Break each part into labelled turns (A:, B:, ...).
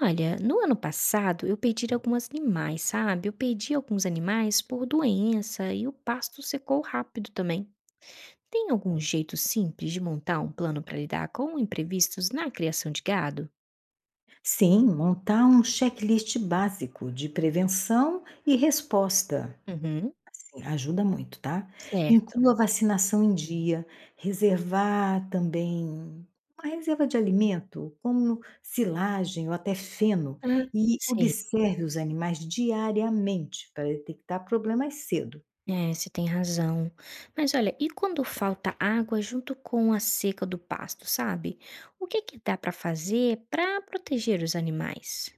A: Olha, no ano passado eu perdi alguns animais, sabe? Eu perdi alguns animais por doença e o pasto secou rápido também. Tem algum jeito simples de montar um plano para lidar com imprevistos na criação de gado?
B: Sim, montar um checklist básico de prevenção e resposta,
A: Uhum,
B: assim, ajuda muito, tá?
A: certo.
B: Inclua vacinação em dia, reservar também uma reserva de alimento, como silagem ou até feno,
A: Ah,
B: e
A: sei.
B: observe os animais diariamente para detectar problemas cedo.
A: É, você tem razão. Mas olha, e quando falta água junto com a seca do pasto, sabe? O que que dá para fazer para proteger os animais?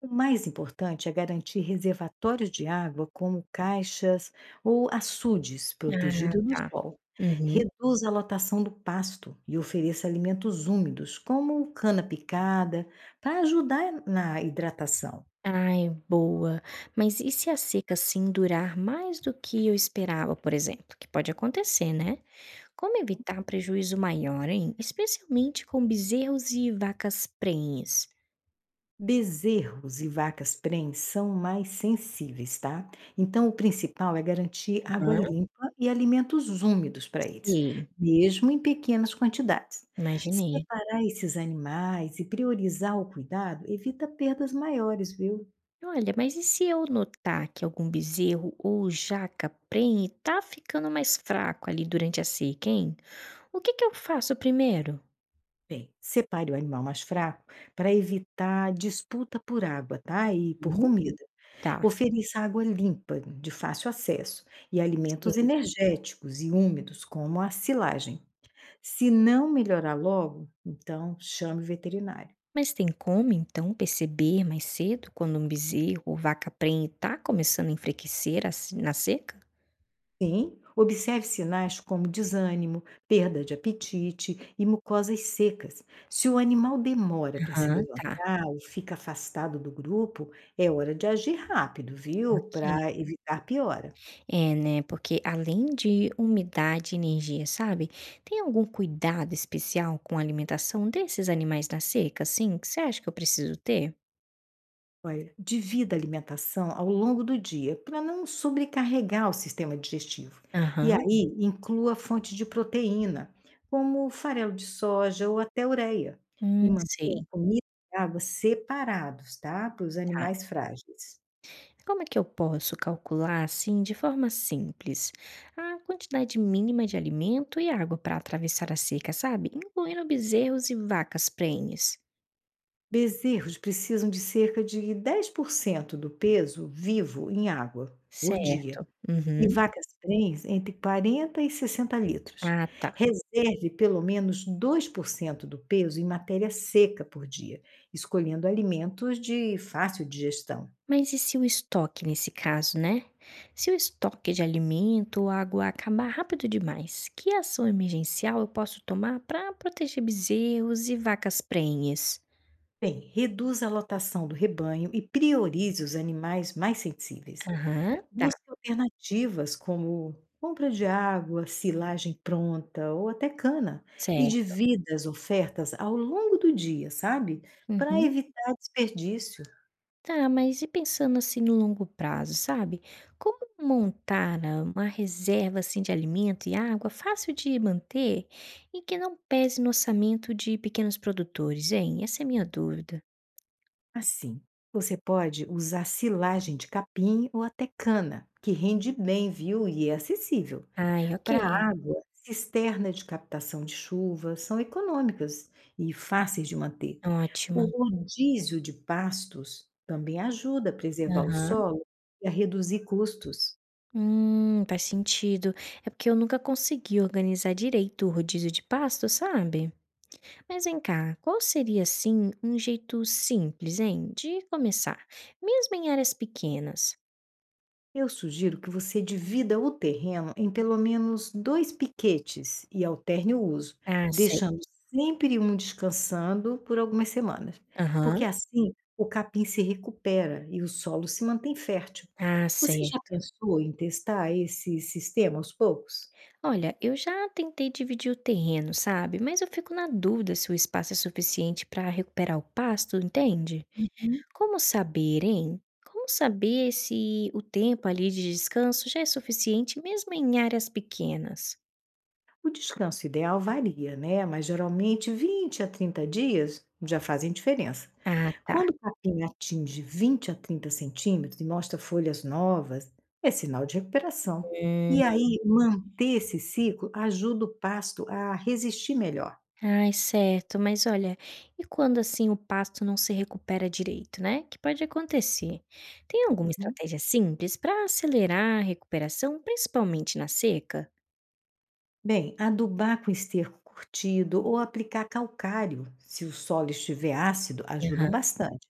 B: O mais importante é garantir reservatórios de água, como caixas ou açudes
A: Ah,
B: protegidos do
A: tá.
B: sol.
A: Uhum.
B: Reduza a lotação do pasto e ofereça alimentos úmidos, como cana picada, para ajudar na hidratação.
A: Ai, boa. Mas e se a seca assim durar mais do que eu esperava, por exemplo? Que pode acontecer, né? Como evitar prejuízo maior, hein? Especialmente com bezerros e vacas prenhes.
B: Bezerros e vacas prenhes são mais sensíveis, tá? Então, o principal é garantir água
A: Aham.
B: limpa e alimentos úmidos para eles,
A: Sei,
B: mesmo em pequenas quantidades.
A: imaginei.
B: Separar esses animais e priorizar o cuidado evita perdas maiores, viu?
A: Olha, mas e se eu notar que algum bezerro ou jaca prenhe tá ficando mais fraco ali durante a seca, hein? O que que eu faço primeiro?
B: Bem, separe o animal mais fraco para evitar disputa por água, tá? E por
A: Uhum.
B: comida.
A: Tá.
B: Ofereça água limpa, de fácil acesso, e alimentos
A: Sei.
B: energéticos e úmidos, como a silagem. Se não melhorar logo, então chame o veterinário.
A: Mas tem como, então, perceber mais cedo quando um bezerro ou vaca prenhe está começando a enfraquecer a se- na seca?
B: Sim, observe sinais como desânimo, perda de apetite e mucosas secas. Se o animal demora para se
A: Aham, tá.
B: levantar ou fica afastado do grupo, é hora de agir rápido, viu?
A: Ok.
B: Para evitar piora.
A: É, né? Porque além de umidade e energia, sabe? Tem algum cuidado especial com a alimentação desses animais na seca, assim, que você acha que eu preciso ter?
B: Olha, divida a alimentação ao longo do dia para não sobrecarregar o sistema digestivo. E
A: Aham.
B: aí, inclua fonte de proteína, como farelo de soja ou até ureia. E mantenha
A: Sei.
B: comida e água separados, tá? Para os
A: Tá.
B: animais frágeis.
A: Como é que eu posso calcular, assim, de forma simples, a quantidade mínima de alimento e água para atravessar a seca, sabe? Incluindo bezerros e vacas prenhes.
B: Bezerros precisam de cerca de 10% do peso vivo em água por dia.
A: Certo.
B: E
A: Uhum.
B: vacas prens entre 40 e 60 litros.
A: Ah, tá.
B: Reserve pelo menos 2% do peso em matéria seca por dia, escolhendo alimentos de fácil digestão.
A: Mas e se o estoque nesse caso, né? Se o estoque de alimento ou água acabar rápido demais, que ação emergencial eu posso tomar para proteger bezerros e vacas prenhes?
B: Bem, reduza a lotação do rebanho e priorize os animais mais sensíveis.
A: Aham, tá.
B: Busque alternativas como compra de água, silagem pronta ou até cana, e
A: Certo.
B: divida as ofertas ao longo do dia, sabe? Para
A: Uhum.
B: evitar desperdício.
A: Tá, mas e pensando assim no longo prazo, sabe? Como montar uma reserva assim de alimento e água fácil de manter e que não pese no orçamento de pequenos produtores, hein? Essa é a minha dúvida.
B: Assim, você pode usar silagem de capim ou até cana, que rende bem, viu? E é acessível.
A: Ai, ok.
B: Para água, cisterna de captação de chuva são econômicas e fáceis de manter.
A: Ótima.
B: O rodízio de pastos também ajuda a preservar o
A: Aham.
B: solo e a reduzir custos.
A: Faz sentido. É porque eu nunca consegui organizar direito o rodízio de pasto, sabe? Mas vem cá, qual seria assim um jeito simples, hein, de começar, mesmo em áreas pequenas?
B: Eu sugiro que você divida o terreno em pelo menos dois piquetes e alterne o uso,
A: Ah, certo.
B: deixando sempre um descansando por algumas semanas, porque
A: Aham.
B: assim o capim se recupera e o solo se mantém fértil.
A: Ah,
B: Você já
A: certo.
B: pensou em testar esse sistema aos poucos?
A: Olha, eu já tentei dividir o terreno, sabe? Mas eu fico na dúvida se o espaço é suficiente para recuperar o pasto, entende?
B: Uhum.
A: Como saber, hein? Como saber se o tempo ali de descanso já é suficiente mesmo em áreas pequenas?
B: O descanso ideal varia, né? Mas geralmente 20 a 30 dias já fazem diferença.
A: Ah, tá.
B: Quando o capim atinge 20 a 30 centímetros e mostra folhas novas, é sinal de recuperação. E
A: Hum.
B: aí, manter esse ciclo ajuda o pasto a resistir melhor.
A: Ai, certo. Mas olha, e quando assim o pasto não se recupera direito, né? Que pode acontecer. Tem alguma
B: Uhum.
A: estratégia simples para acelerar a recuperação, principalmente na seca?
B: Bem, adubar com esterco curtido ou aplicar calcário, se o solo estiver ácido, ajudam
A: Aham,
B: bastante.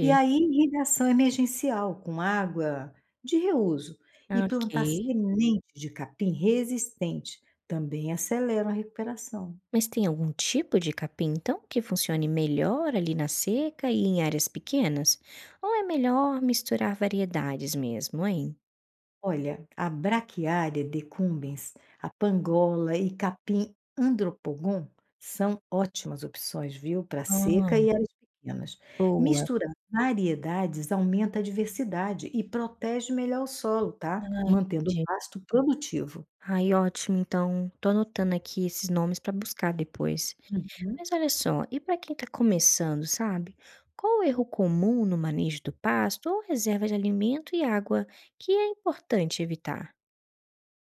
B: E aí, irrigação emergencial com água de reuso e
A: Ok.
B: plantar semente de capim resistente também acelera a recuperação.
A: Mas tem algum tipo de capim, então, que funcione melhor ali na seca e em áreas pequenas? Ou é melhor misturar variedades mesmo, hein?
B: Olha, a Braquiária decumbens, a Pangola e Capim andropogon são ótimas opções, viu, para seca
A: Ah,
B: e áreas pequenas.
A: boa.
B: Misturar variedades aumenta a diversidade e protege melhor o solo,
A: Ah,
B: tá? Mantendo o
A: entendi.
B: pasto produtivo.
A: Ai, ótimo. Então, tô anotando aqui esses nomes para buscar depois.
B: Uhum.
A: Mas olha só, e para quem está começando, sabe? Qual o erro comum no manejo do pasto ou reserva de alimento e água que é importante evitar?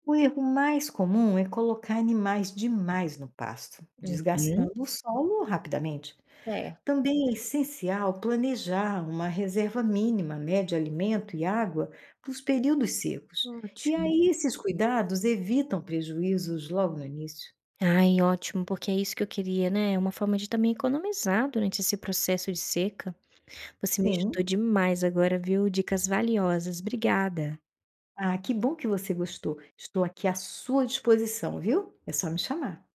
B: O erro mais comum é colocar animais demais no pasto,
A: Uhum,
B: desgastando o solo rapidamente.
A: certo.
B: Também é essencial planejar uma reserva mínima, né, de alimento e água para os períodos secos. E
A: Ótimo.
B: aí esses cuidados evitam prejuízos logo no início.
A: Ai, ótimo, porque é isso que eu queria, né, é uma forma de também economizar durante esse processo de seca. Você me ajudou
B: Sim.
A: demais agora, viu, dicas valiosas. Obrigada.
B: Ah, que bom que você gostou. Estou aqui à sua disposição, viu? É só me chamar.